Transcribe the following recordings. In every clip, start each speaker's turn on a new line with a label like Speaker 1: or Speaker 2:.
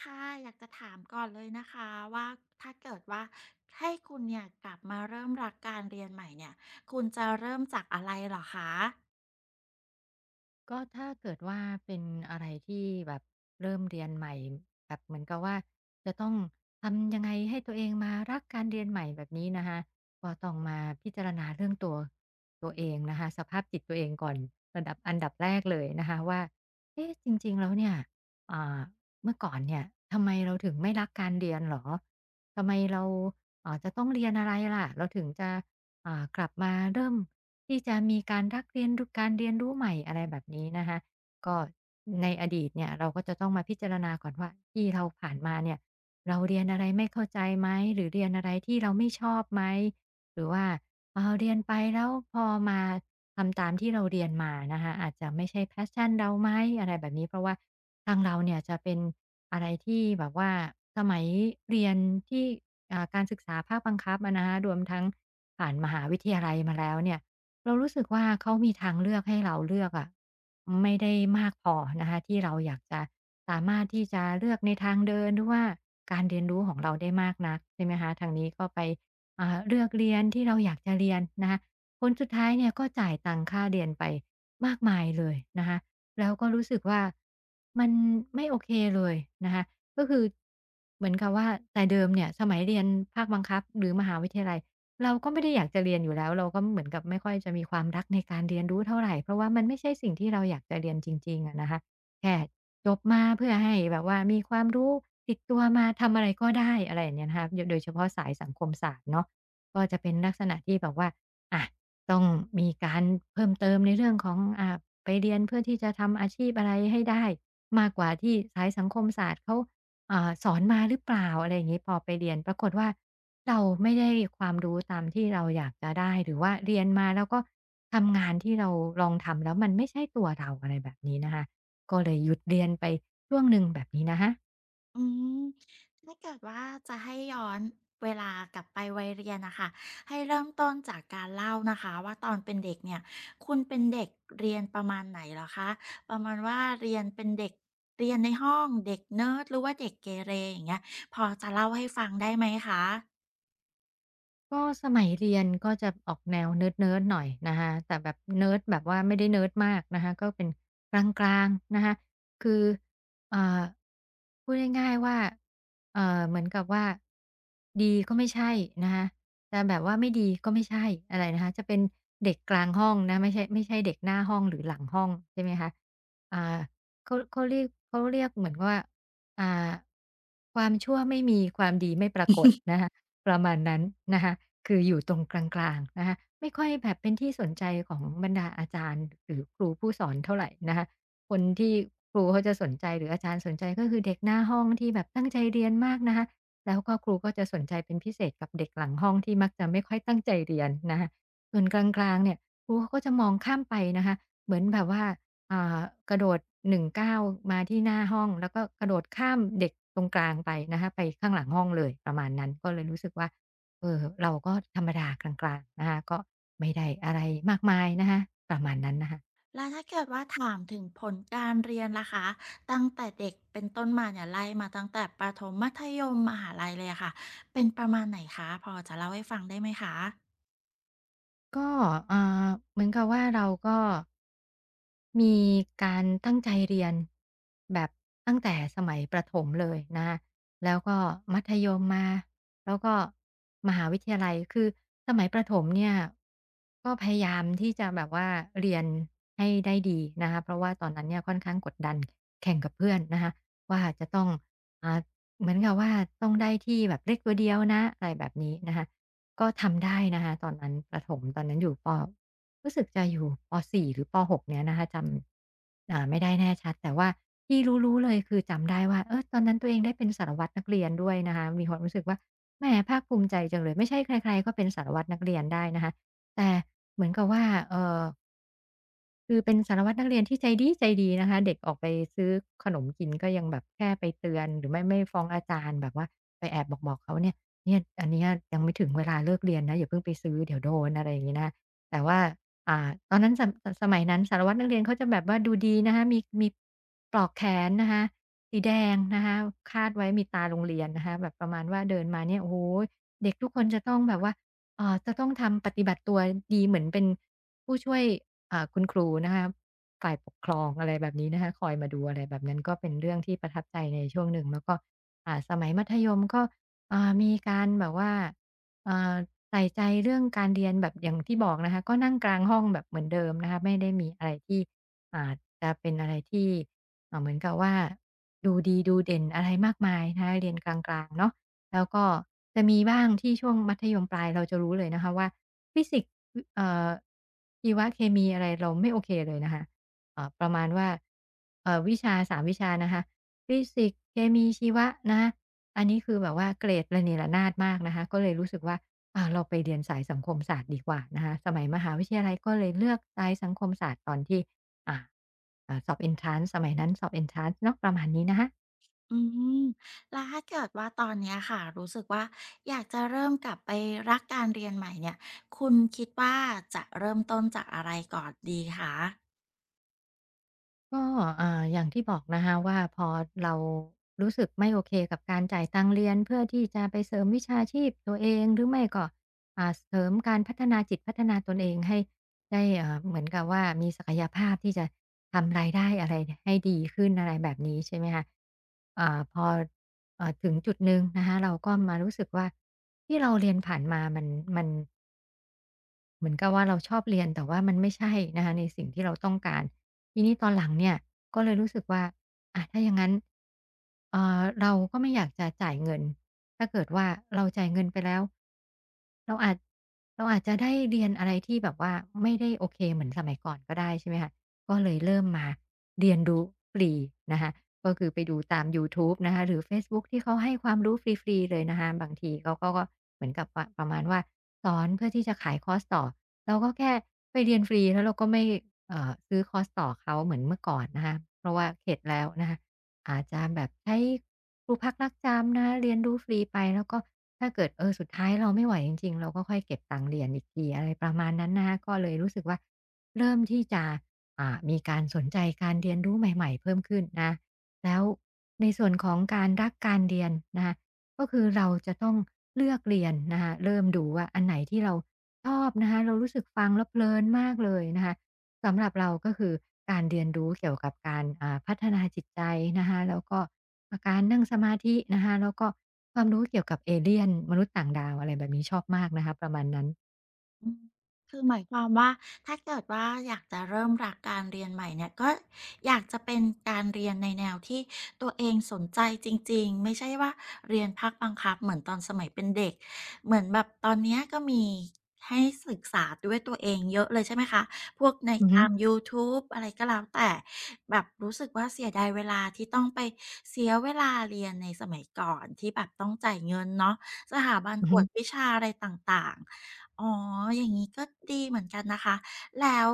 Speaker 1: ค่ะอยากจะถามก่อนเลยนะคะว่าถ้าเกิดว่าให้คุณเนี่ยกลับมาเริ่มรักการเรียนใหม่เนี่ยคุณจะเริ่มจากอะไรเหรอคะ
Speaker 2: ก็ถ้าเกิดว่าเป็นอะไรที่แบบเริ่มเรียนใหม่แบบเหมือนกับว่าจะต้องทำยังไงให้ตัวเองมารักการเรียนใหม่แบบนี้นะคะก็ต้องมาพิจารณาเรื่องตัวเองนะคะสภาพจิตตัวเองก่อนระดับอันดับแรกเลยนะคะว่าเอ๊ะจริงๆแล้วเนี่ยอ่าเมื่อก่อนเนี่ยทำไมเราถึงไม่รักการเรียนหรอทำไมเราจะต้องเรียนอะไรล่ะเราถึงจะ กลับมาเริ่มที่จะมีการรักเรียนรการเรียนรู้ใหม่อะไรแบบนี้นะคะก็ในอดีตเนี่ยเราก็จะต้องมาพิจารณาก่อนว่าที่เราผ่านมาเนี่ยเราเรียนอะไรไม่เข้าใจไหมหรือเรียนอะไรที่เราไม่ชอบไหมหรือว่าเรียนไปแล้วพอมาทำตามที่เราเรียนมานะคะอาจจะไม่ใช่แพสชันเราไหมอะไรแบบนี้เพราะว่าทางเราเนี่ยจะเป็นอะไรที่แบบว่าสมัยเรียนที่ การศึกษาภาคบังคับอะนะฮะรวมทั้งผ่านมหาวิทยาลัยมาแล้วเนี่ยเรารู้สึกว่าเขามีทางเลือกให้เราเลือกอะไม่ได้มากพอนะคะที่เราอยากจะสามารถที่จะเลือกในทางเดินหรือว่าการเรียนรู้ของเราได้มากนักใช่ไหมคะทางนี้ก็ไปเลือกเรียนที่เราอยากจะเรียนนะคะผลสุดท้ายเนี่ยก็จ่ายตังค่าเรียนไปมากมายเลยนะคะแล้วก็รู้สึกว่ามันไม่โอเคเลยนะคะ ก็คือเหมือนกับว่าแต่เดิมเนี่ยสมัยเรียนภาคบังคับหรือมหาวิทยาลัยเราก็ไม่ได้อยากจะเรียนอยู่แล้วเราก็เหมือนกับไม่ค่อยจะมีความรักในการเรียนรู้เท่าไรเพราะว่ามันไม่ใช่สิ่งที่เราอยากจะเรียนจริงๆอะนะคะแค่จบมาเพื่อให้แบบว่ามีความรู้ติดตัวมาทำอะไรก็ได้อะไรอย่างเงี้ยนะคะโดยเฉพาะสายสังคมศาสตร์เนาะก็จะเป็นลักษณะที่แบบว่าอะต้องมีการเพิ่มเติมในเรื่องของไปเรียนเพื่อที่จะทำอาชีพอะไรให้ได้มากกว่าที่สายสังคมศาสตร์เขา สอนมาหรือเปล่าอะไรอย่างงี้พอไปเรียนปรากฏว่าเราไม่ได้ความรู้ตามที่เราอยากจะได้หรือว่าเรียนมาแล้วก็ทำงานที่เราลองทำแล้วมันไม่ใช่ตัวเราอะไรแบบนี้นะคะก็เลยหยุดเรียนไปช่วงหนึ่งแบบนี้นะคะ
Speaker 1: อืมถ้าเกิดว่าจะให้ย้อนเวลากลับไปวัยเรียนน่ะค่ะให้เริ่มต้นจากการเล่านะคะว่าตอนเป็นเด็กเนี่ยคุณเป็นเด็กเรียนประมาณไหนเหรอคะประมาณว่าเรียนเป็นเด็กเรียนในห้องเด็กเนิร์ดหรือว่าเด็กเกเรอย่างเงี้ยพอจะเล่าให้ฟังได้ไหมคะ
Speaker 2: ก็สมัยเรียนก็จะออกแนวเนิร์ดๆหน่อยนะคะแต่แบบเนิร์ดแบบว่าไม่ได้เนิร์ดมากนะคะก็เป็นกลางๆนะคะคืออ่าพูดง่ายๆว่าเหมือนกับว่าดีก็ไม่ใช่นะคะจะแบบว่าไม่ดีก็ไม่ใช่อะไรนะคะจะเป็นเด็กกลางห้องนะไม่ใช่เด็กหน้าห้องหรือหลังห้องใช่ไหมคะอ่าเขาเขาเรียกเขาเรียกเหมือนว่าอ่าความชั่วไม่มีความดีไม่ปรากฏนะคะ ประมาณนั้นนะคะคืออยู่ตรงกลางๆนะคะไม่ค่อยแบบเป็นที่สนใจของบรรดาอาจารย์หรือครูผู้สอนเท่าไรนะคะคนที่ครูเขาจะสนใจหรืออาจารย์สนใจก็คือเด็กหน้าห้องที่แบบตั้งใจเรียนมากนะคะแล้วก็ครูก็จะสนใจเป็นพิเศษกับเด็กหลังห้องที่มักจะไม่ค่อยตั้งใจเรียนนะคะส่วนกลางๆเนี่ยครูเขาก็จะมองข้ามไปนะคะเหมือนแบบว่า อ่ากระโดด1ก้าวมาที่หน้าห้องแล้วก็กระโดดข้ามเด็กตรงกลางไปนะคะไปข้างหลังห้องเลยประมาณนั้นก็เลยรู้สึกว่าเออเราก็ธรรมดากลางๆนะคะก็ไม่ได้อะไรมากมายนะคะประมาณนั้นนะคะ
Speaker 1: แล้วถ้าเกิดว่าถามถึงผลการเรียนล่ะคะตั้งแต่เด็กเป็นต้นมาเนี่ยไล่มาตั้งแต่ประถมมัธยมมหาลัยเลยอะค่ะเป็นประมาณไหนคะพอจะเล่าให้ฟังได้ไหมคะ
Speaker 2: ก็อ่เหมือนกับว่าเราก็มีการตั้งใจเรียนแบบตั้งแต่สมัยประถมเลยนะคะแล้วก็มัธยมมาแล้วก็มหาวิทยาลัยคือสมัยประถมเนี่ยก็พยายามที่จะแบบว่าเรียนให้ได้ดีนะคะเพราะว่าตอนนั้นเนี่ยค่อนข้างกดดันแข่งกับเพื่อนนะคะว่าจะต้องอ่าเหมือนกับว่าต้องได้ที่แบบเลขตัวเดียวนะอะไรแบบนี้นะคะ ก็ทำได้นะคะตอนนั้นประถมตอนนั้นอยู่ปรู้สึกจะอยู่ป4หรือปหกเนี่ยนะคะจำไม่ได้แน่ชัดแต่ว่าที่รู้ๆเลยคือจำได้ว่าเออตอนนั้นตัวเองได้เป็นสารวัตรนักเรียนด้วยนะคะมีความรู้สึกว่าแหมภาคภูมิใจจังเลยไม่ใช่ใครๆก็เป็นสารวัตรนักเรียนได้นะคะแต่เหมือนกับว่าเอ่อ คือเป็นสารวัตรนักเรียนที่ใจดีใจดีนะคะเด็กออกไปซื้อขนมกินก็ยังแบบแค่ไปเตือนหรือไม่ฟ้องอาจารย์แบบว่าไปแอบบอกๆเขาเนี่ยเนี่ยอันเนี้ยยังไม่ถึงเวลาเลิกเรียนนะอย่าเพิ่งไปซื้อเดี๋ยวโดนอะไรอย่างงี้นะคะแต่ว่าตอนนั้นสมัยนั้นสารวัตรนักเรียนเขาจะแบบว่าดูดีนะคะมีปลอกแขนนะคะสีแดงนะคะคาดไว้มีตาโรงเรียนนะคะแบบประมาณว่าเดินมาเนี่ยโอ้โหเด็กทุกคนจะต้องแบบว่าจะต้องทำปฏิบัติตัวดีเหมือนเป็นผู้ช่วย คุณครูนะคะฝ่ายปกครองอะไรแบบนี้นะคะคอยมาดูอะไรแบบนั้นก็เป็นเรื่องที่ประทับใจในช่วงหนึ่งแล้วก็สมัยมัธยมก็มีการแบบว่าอ่าใส่ใจเรื่องการเรียนแบบอย่างที่บอกนะคะก็นั่งกลางห้องแบบเหมือนเดิมนะคะไม่ได้มีอะไรที่อ่าจะเป็นอะไรที่เหมือนกับว่าดูดีดูเด่นอะไรมากมายนะคะเรียนกลางๆเนาะแล้วก็จะมีบ้างที่ช่วงมัธยมปลายเราจะรู้เลยนะคะว่าฟิสิกส์ อเอ่อชีวเคมีอะไรเราไม่โอเคเลยนะคะประมาณว่าวิชาสามวิชานะคะฟิสิกส์เคมีชีวะนะคะอันนี้คือแบบว่าเกรดระเนระนาดมากนะคะก็เลยรู้สึกว่าเราไปเรียนสายสังคมศาสตร์ดีกว่านะคะสมัยมหาวิทยาลัยก็เลยเลือกสายสังคมศาสตร์ตอนที่อ่าสอบเอนทรานซ์สมัยนั้นสอบเอนทรานซ์เนาะประมาณนี้นะคะ
Speaker 1: อืมแล้วถ้าเกิดว่าตอนเนี้ยค่ะรู้สึกว่าอยากจะเริ่มกลับไปรักการเรียนใหม่เนี่ยคุณคิดว่าจะเริ่มต้นจากอะไรก่อนดีคะ
Speaker 2: ก็อย่างที่บอกนะคะว่าพอเรารู้สึกไม่โอเคกับการจ่ายตังค์เรียนเพื่อที่จะไปเสริมวิชาชีพตัวเองหรือไม่ก็เสริมการพัฒนาจิตพัฒนาตนเองให้ได้เหมือนกับว่ามีศักยภาพที่จะทำรายได้อะไรให้ดีขึ้นอะไรแบบนี้ใช่ไหมคะพอถึงจุดหนึ่งนะคะเราก็มารู้สึกว่าที่เราเรียนผ่านมามัน เหมือนกับว่าเราชอบเรียนแต่ว่ามันไม่ใช่นะคะในสิ่งที่เราต้องการทีนี้ตอนหลังเนี่ยก็เลยรู้สึกว่าอะถ้าอย่างงั้นเราก็ไม่อยากจะจ่ายเงินถ้าเกิดว่าเราจ่ายเงินไปแล้วเราอาจเราอาจจะได้เรียนอะไรที่แบบว่าไม่ได้โอเคเหมือนสมัยก่อนก็ได้ใช่ไหมคะก็เลยเริ่มมาเรียนรู้ฟรีนะคะก็คือไปดูตามยูทูบนะคะหรือเฟซบุ๊กที่เขาให้ความรู้ฟรีๆเลยนะคะบางทีเขาก็เหมือนกับว่าประมาณว่า สอนเพื่อที่จะขายคอร์สต่อเราก็แค่ไปเรียนฟรีแล้วเราก็ไม่ซื้อคอร์สต่อเขาเหมือนเมื่อก่อนนะคะเพราะว่าเข็ดแล้วนะคะอาจจะแบบใช้ครูพักรักจำนะคะเรียนรู้ฟรีไปแล้วก็ถ้าเกิดเออสุดท้ายเราไม่ไหวจริงๆเราก็ค่อยเก็บตังค์เรียนอีกทีอะไรประมาณนั้นนะคะก็เลยรู้สึกว่าเริ่มที่จะมีการสนใจการเรียนรู้ใหม่ๆเพิ่มขึ้นนะคะแล้วในส่วนของการรักการเรียนนะคะ ก็คือเราจะต้องเลือกเรียนนะคะเริ่มดูว่าอันไหนที่เราชอบนะคะเรารู้สึกฟังแล้วเพลินมากเลยนะคะสำหรับเราก็คือการเรียนรู้เกี่ยวกับการพัฒนาจิตใจนะคะแล้วก็การนั่งสมาธินะคะแล้วก็ความรู้เกี่ยวกับเอเลี่ยนมนุษย์ต่างดาวอะไรแบบนี้ชอบมากนะคะประมาณนั้น
Speaker 1: อืมคือหมายความว่าถ้าเกิดว่าอยากจะเริ่มรักการเรียนใหม่เนี่ยก็อยากจะเป็นการเรียนในแนวที่ตัวเองสนใจจริงๆไม่ใช่ว่าเรียนภาคบังคับเหมือนตอนสมัยเป็นเด็กเหมือนแบบตอนเนี้ยก็มีให้ศึกษาด้วยตัวเองเยอะเลยใช่ไหมคะพวกใน
Speaker 2: อือฮึ
Speaker 1: ตามยูทูบอะไรก็แล้วแต่แบบรู้สึกว่าเสียดายเวลาที่ต้องไปเสียเวลาเรียนในสมัยก่อนที่แบบต้องจ่ายเงินเนาะสถาบัน
Speaker 2: อือ
Speaker 1: ก
Speaker 2: ฮึ
Speaker 1: วดวิชาอะไรต่างๆ อ๋อ อย่างนี้ก็ดีเหมือนกันนะคะ แล้ว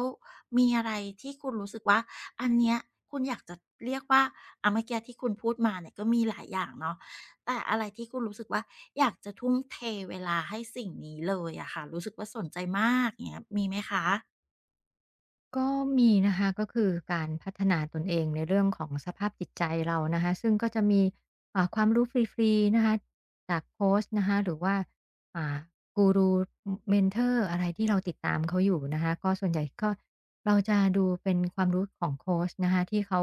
Speaker 1: มีอะไรที่คุณรู้สึกว่าอันเนี้ยคุณอยากจะเรียกว่าเมื่อกี้ที่คุณพูดมาเนี่ยก็มีหลายอย่างเนาะแต่อะไรที่คุณรู้สึกว่าอยากจะทุ่มเทเวลาให้สิ่งนี้เลยอะค่ะ รู้สึกว่าสนใจมากอย่างเงี้ยมีไหมคะ
Speaker 2: ก็มีนะคะก็คือการพัฒนาตนเองในเรื่องของสภาพจิตใจเรานะคะซึ่งก็จะมีความรู้ฟรีๆนะคะจากโคชนะคะหรือว่าอ่ากูรูเมนทอร์อะไรที่เราติดตามเขาอยู่นะคะก็ส่วนใหญ่ก็เราจะดูเป็นความรู้ของโคชนะคะที่เขา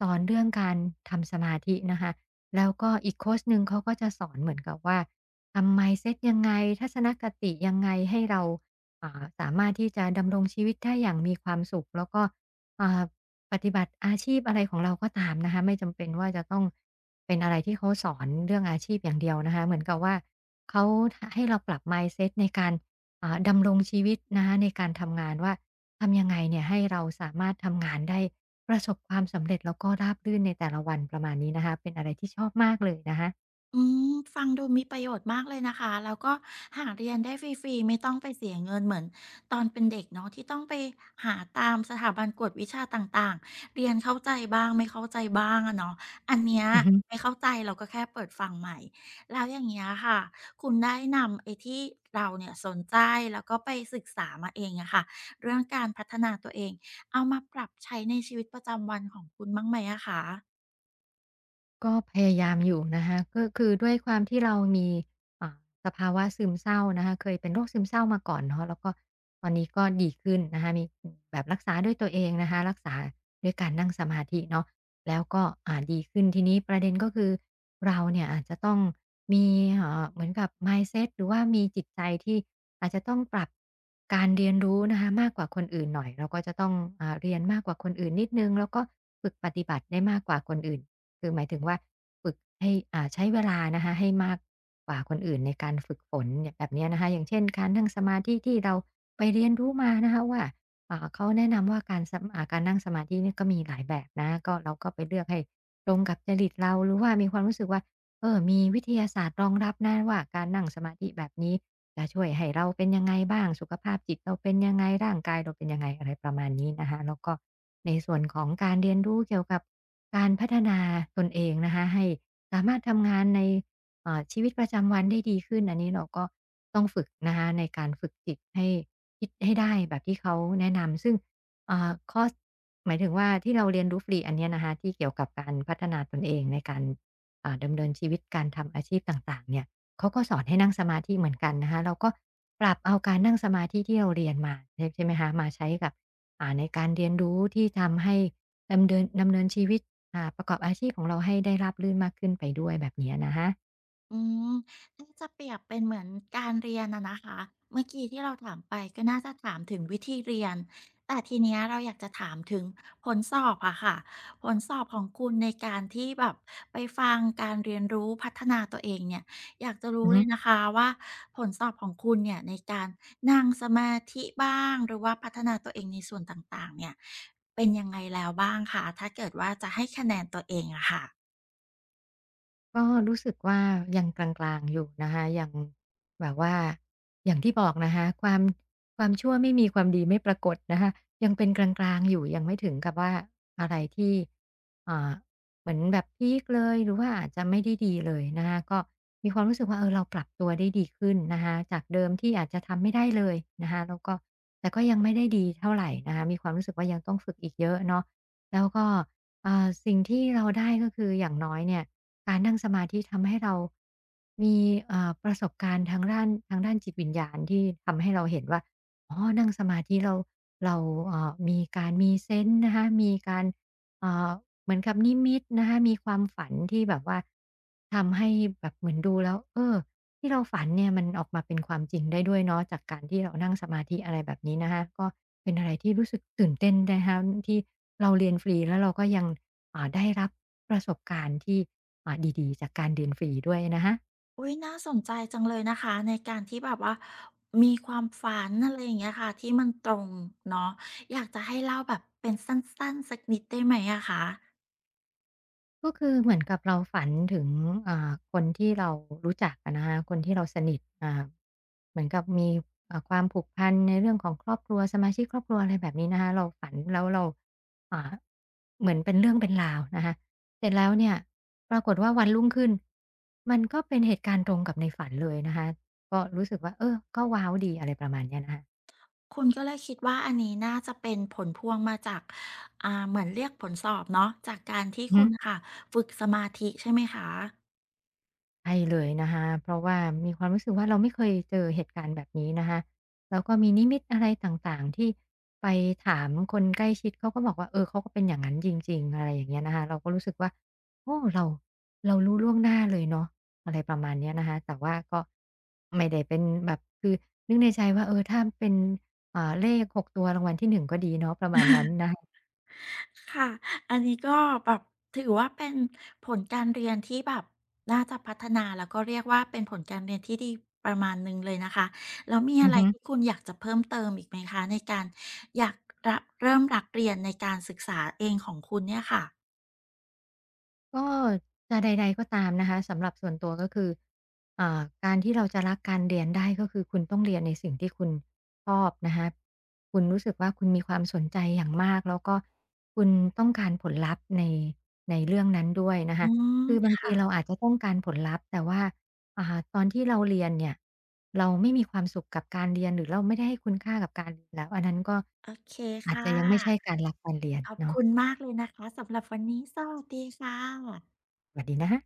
Speaker 2: สอนเรื่องการทำสมาธินะคะแล้วก็อีกโคชหนึ่งเขาก็จะสอนเหมือนกับว่าทำ mindset ยังไงทัศนคติยังไงให้เรา สามารถที่จะดำรงชีวิตได้อย่างมีความสุขแล้วก็อ่าปฏิบัติอาชีพอะไรของเราก็ตามนะคะไม่จำเป็นว่าจะต้องเป็นอะไรที่เขาสอนเรื่องอาชีพอย่างเดียวนะคะเหมือนกับว่าเขาให้เราปรับ mindset ในการดำรงชีวิตนะคะในการทำงานว่าทำยังไงเนี่ยให้เราสามารถทำงานได้ประสบความสำเร็จแล้วก็ราบรื่นในแต่ละวันประมาณนี้นะคะเป็นอะไรที่ชอบมากเลยนะคะ
Speaker 1: อืมฟังดูมีประโยชน์มากเลยนะคะแล้วก็หาเรียนได้ฟรีๆไม่ต้องไปเสียเงินเหมือนตอนเป็นเด็กเนาะที่ต้องไปหาตามสถาบันกวดวิชาต่างๆเรียนเข้าใจบ้างไม่เข้าใจบ้างอะเนาะอันเนี้ยไม่เข้าใจเราก็แค่เปิดฟังใหม่แล้วอย่างเงี้ยค่ะคุณได้นำไอ้ที่เราเนี่ยสนใจแล้วก็ไปศึกษามาเองอะค่ะเรื่องการพัฒนาตัวเองเอามาปรับใช้ในชีวิตประจำวันของคุณบ้างไหมอะคะ
Speaker 2: ก็พยายามอยู่นะคะก็คือด้วยความที่เรามีอ่าสภาวะซึมเศร้านะคะเคยเป็นโรคซึมเศร้ามาก่อนเนาะแล้วก็ตอนนี้ก็ดีขึ้นนะคะมีแบบรักษาด้วยตัวเองนะคะรักษาด้วยการนั่งสมาธิเนาะแล้วก็ดีขึ้นทีนี้ประเด็นก็คือเราเนี่ยอาจจะต้องมีเหมือนกับ mindset หรือว่ามีจิตใจที่อาจจะต้องปรับการเรียนรู้นะคะมากกว่าคนอื่นหน่อยเราก็จะต้องเรียนมากกว่าคนอื่นนิดนึงแล้วก็ฝึกปฏิบัติได้มากกว่าคนอื่น คือหมายถึงว่าฝึกให้ใช้เวลานะคะให้มากกว่าคนอื่นในการฝึกฝนเนี่ยแบบเนี้ยนะคะอย่างเช่นการนั่งสมาธิที่เราไปเรียนรู้มานะคะว่าเขาแนะนำว่าการนั่งสมาธิเนี่ยก็มีหลายแบบนะก็เราก็ไปเลือกให้ตรงกับจริตเราหรือว่ามีความรู้สึกว่าเออมีวิทยาศาสตร์รองรับนะว่าการนั่งสมาธิแบบนี้ จะช่วยให้เราเป็นยังไงบ้างสุขภาพจิตเราเป็นยังไงร่างกายเราเป็นยังไงอะไรประมาณนี้นะคะแล้วก็ในส่วนของการเรียนรู้เกี่ยวกับการพัฒนาตนเองนะคะให้สามารถทำงานในชีวิตประจำวันได้ดีขึ้นอันนี้เราก็ต้องฝึกนะคะในการฝึกจิตให้คิดให้ได้แบบที่เขาแนะนำซึ่งเอ่าคอร์สหมายถึงว่าที่เราเรียนรู้ฟรีอันเนี้ยนะคะที่เกี่ยวกับการพัฒนาตนเองในการดำเนินชีวิตการทำอาชีพต่างๆเนี่ย เขาก็สอนให้นั่งสมาธิเหมือนกันนะคะเราก็ปรับเอาการนั่งสมาธิที่เราเรียนมาใช่ไหมคะมาใช้กับในการเรียนรู้ที่ทำให้ดำเนินชีวิตประกอบอาชีพของเราให้ได้ราบรื่นมากขึ้นไปด้วยแบบเนี้ยนะคะ
Speaker 1: อืมถ้าจะเปรียบเป็นเหมือนการเรียนอะนะคะเมื่อกี้ที่เราถามไปก็น่าจะถามถึงวิธีเรียน แต่ทีเนี้ยเราอยากจะถามถึงผลสอบอะค่ะ ผลสอบของคุณในการที่แบบไปฟังการเรียนรู้พัฒนาตัวเองเนี่ยอยากจะรู้
Speaker 2: อือ
Speaker 1: เล
Speaker 2: ฮึ
Speaker 1: ยนะคะว่าผลสอบของคุณเนี่ยในการนั่งสมาธิบ้างหรือว่าพัฒนาตัวเองในส่วนต่างๆเนี่ยเป็นยังไงแล้วบ้างคะถ้าเกิดว่าจะให้คะแนนตัวเองอะค่ะ
Speaker 2: ก็รู้สึกว่ายังกลางๆอยู่นะคะยังแบบว่าอย่างที่บอกนะคะความชั่วไม่มีความดีไม่ปรากฏนะคะยังเป็นกลางๆอยู่ยังไม่ถึงกับว่าอะไรที่อ่าเหมือนแบบพีกเลยหรือว่าอาจจะไม่ได้ดีเลยนะคะก็มีความรู้สึกว่าเออเราปรับตัวได้ดีขึ้นนะคะจากเดิมที่อาจจะทำไม่ได้เลยนะคะแล้วก็แต่ก็ยังไม่ได้ดีเท่าไหรนะคะมีความรู้สึกว่ายังต้องฝึกอีกเยอะเนาะแล้วก็ สิ่งที่เราได้ก็คืออย่างน้อยเนี่ยการนั่งสมาธิทำให้เรามีประสบการณ์ทางด้านจิตวิญญาณที่ทำให้เราเห็นว่าอ๋อนั่งสมาธิเรามีการมีเซนส์นะคะมีการเอ่อเหมือนกับนิมิตนะคะมีความฝันที่แบบว่าทำให้แบบเหมือนดูแล้วเออ ที่เราฝันเนี่ยมันออกมาเป็นความจริงได้ด้วยเนาะจากการที่เรานั่งสมาธิอะไรแบบนี้นะคะก็เป็นอะไรที่รู้สึกตื่นเต้นนะคะที่เราเรียนฟรีแล้วเราก็ยังได้รับประสบการณ์ที่อ่าดีๆจากการเรียนฟรีด้วยนะคะ
Speaker 1: อุ๊ยน่าสนใจจังเลยนะคะในการที่แบบว่ามีความฝันอะไรอย่างเงี้ยค่ะที่มันตรงเนาะอยากจะให้เล่าแบบเป็นสั้นๆสักนิดได้ไหมอะคะ
Speaker 2: ก็คือเหมือนกับเราฝันถึงคนที่เรารู้จักอะนะคะคนที่เราสนิทเหมือนกับมีความผูกพันในเรื่องของครอบครัวสมาชิกครอบครัวอะไรแบบนี้นะคะเราฝันแล้วเราอ่าเหมือนเป็นเรื่องเป็นราวนะคะเสร็จแล้วเนี่ยปรากฏว่าวันรุ่งขึ้นมันก็เป็นเหตุการณ์ตรงกับในฝันเลยนะคะก็รู้สึกว่าเออก็ว้าวดีอะไรประมาณเนี้ยนะคะ
Speaker 1: คุณก็เลยคิดว่าอันนี้น่าจะเป็นผลพวงมาจากเหมือนเรียกผลสอบเนาะจากการที่
Speaker 2: อือฮึ
Speaker 1: คุณค่ะฝึกสมาธิใช่ไหมคะ
Speaker 2: ใช่เลยนะคะเพราะว่ามีความรู้สึกว่าเราไม่เคยเจอเหตุการณ์แบบนี้นะคะแล้วก็มีนิมิตอะไรต่างๆที่ไปถามคนใกล้ชิดเขาก็บอกว่าเออเขาก็เป็นอย่างนั้นจริงๆอะไรอย่างเงี้ยนะคะเราก็รู้สึกว่าโอ้เรารู้ล่วงหน้าเลยเนาะอะไรประมาณเนี้ยนะคะแต่ว่าก็ไม่ได้เป็นแบบคือนึกในใจว่าเออถ้าเป็น
Speaker 1: ค่ะ อันนี้ก็แบบถือว่าเป็นผลการเรียนที่แบบน่าจะพัฒนาแล้วก็เรียกว่าเป็นผลการเรียนที่ดีประมาณหนึ่งเลยนะคะแล้วมี
Speaker 2: อื
Speaker 1: อะ
Speaker 2: อ
Speaker 1: ไร
Speaker 2: ฮึ
Speaker 1: ที่คุณอยากจะเพิ่มเติมอีกไหมคะในการอยากระเริ่มหรักเรียนในการศึกษาเองของคุณเนี่ยค่ะ
Speaker 2: ก็จะใดๆก็ตามนะคะสำหรับส่วนตัวก็คือการที่เราจะรักการเรียนได้ก็คือคุณต้องเรียนในสิ่งที่คุณชอบนะคะคุณรู้สึกว่าคุณมีความสนใจอย่างมากแล้วก็คุณต้องการผลลัพธ์ในเรื่องนั้นด้วยนะ
Speaker 1: อื
Speaker 2: คะ
Speaker 1: ม
Speaker 2: คือบางที
Speaker 1: ค่ะ
Speaker 2: เราอาจจะต้องการผลลัพธ์แต่ว่าอ่าตอนที่เราเรียนเนี่ยเราไม่มีความสุขกับการเรียนหรือเราไม่ได้ให้คุณค่ากับการเรียนแล้วอันนั้นก็
Speaker 1: โอเคค่ะ
Speaker 2: เรียน
Speaker 1: ขอบ
Speaker 2: เนาะ
Speaker 1: คุณมากเลยนะคะสำหรับวันนี้สวัสดีค่ะ
Speaker 2: สวัสดีนะคะ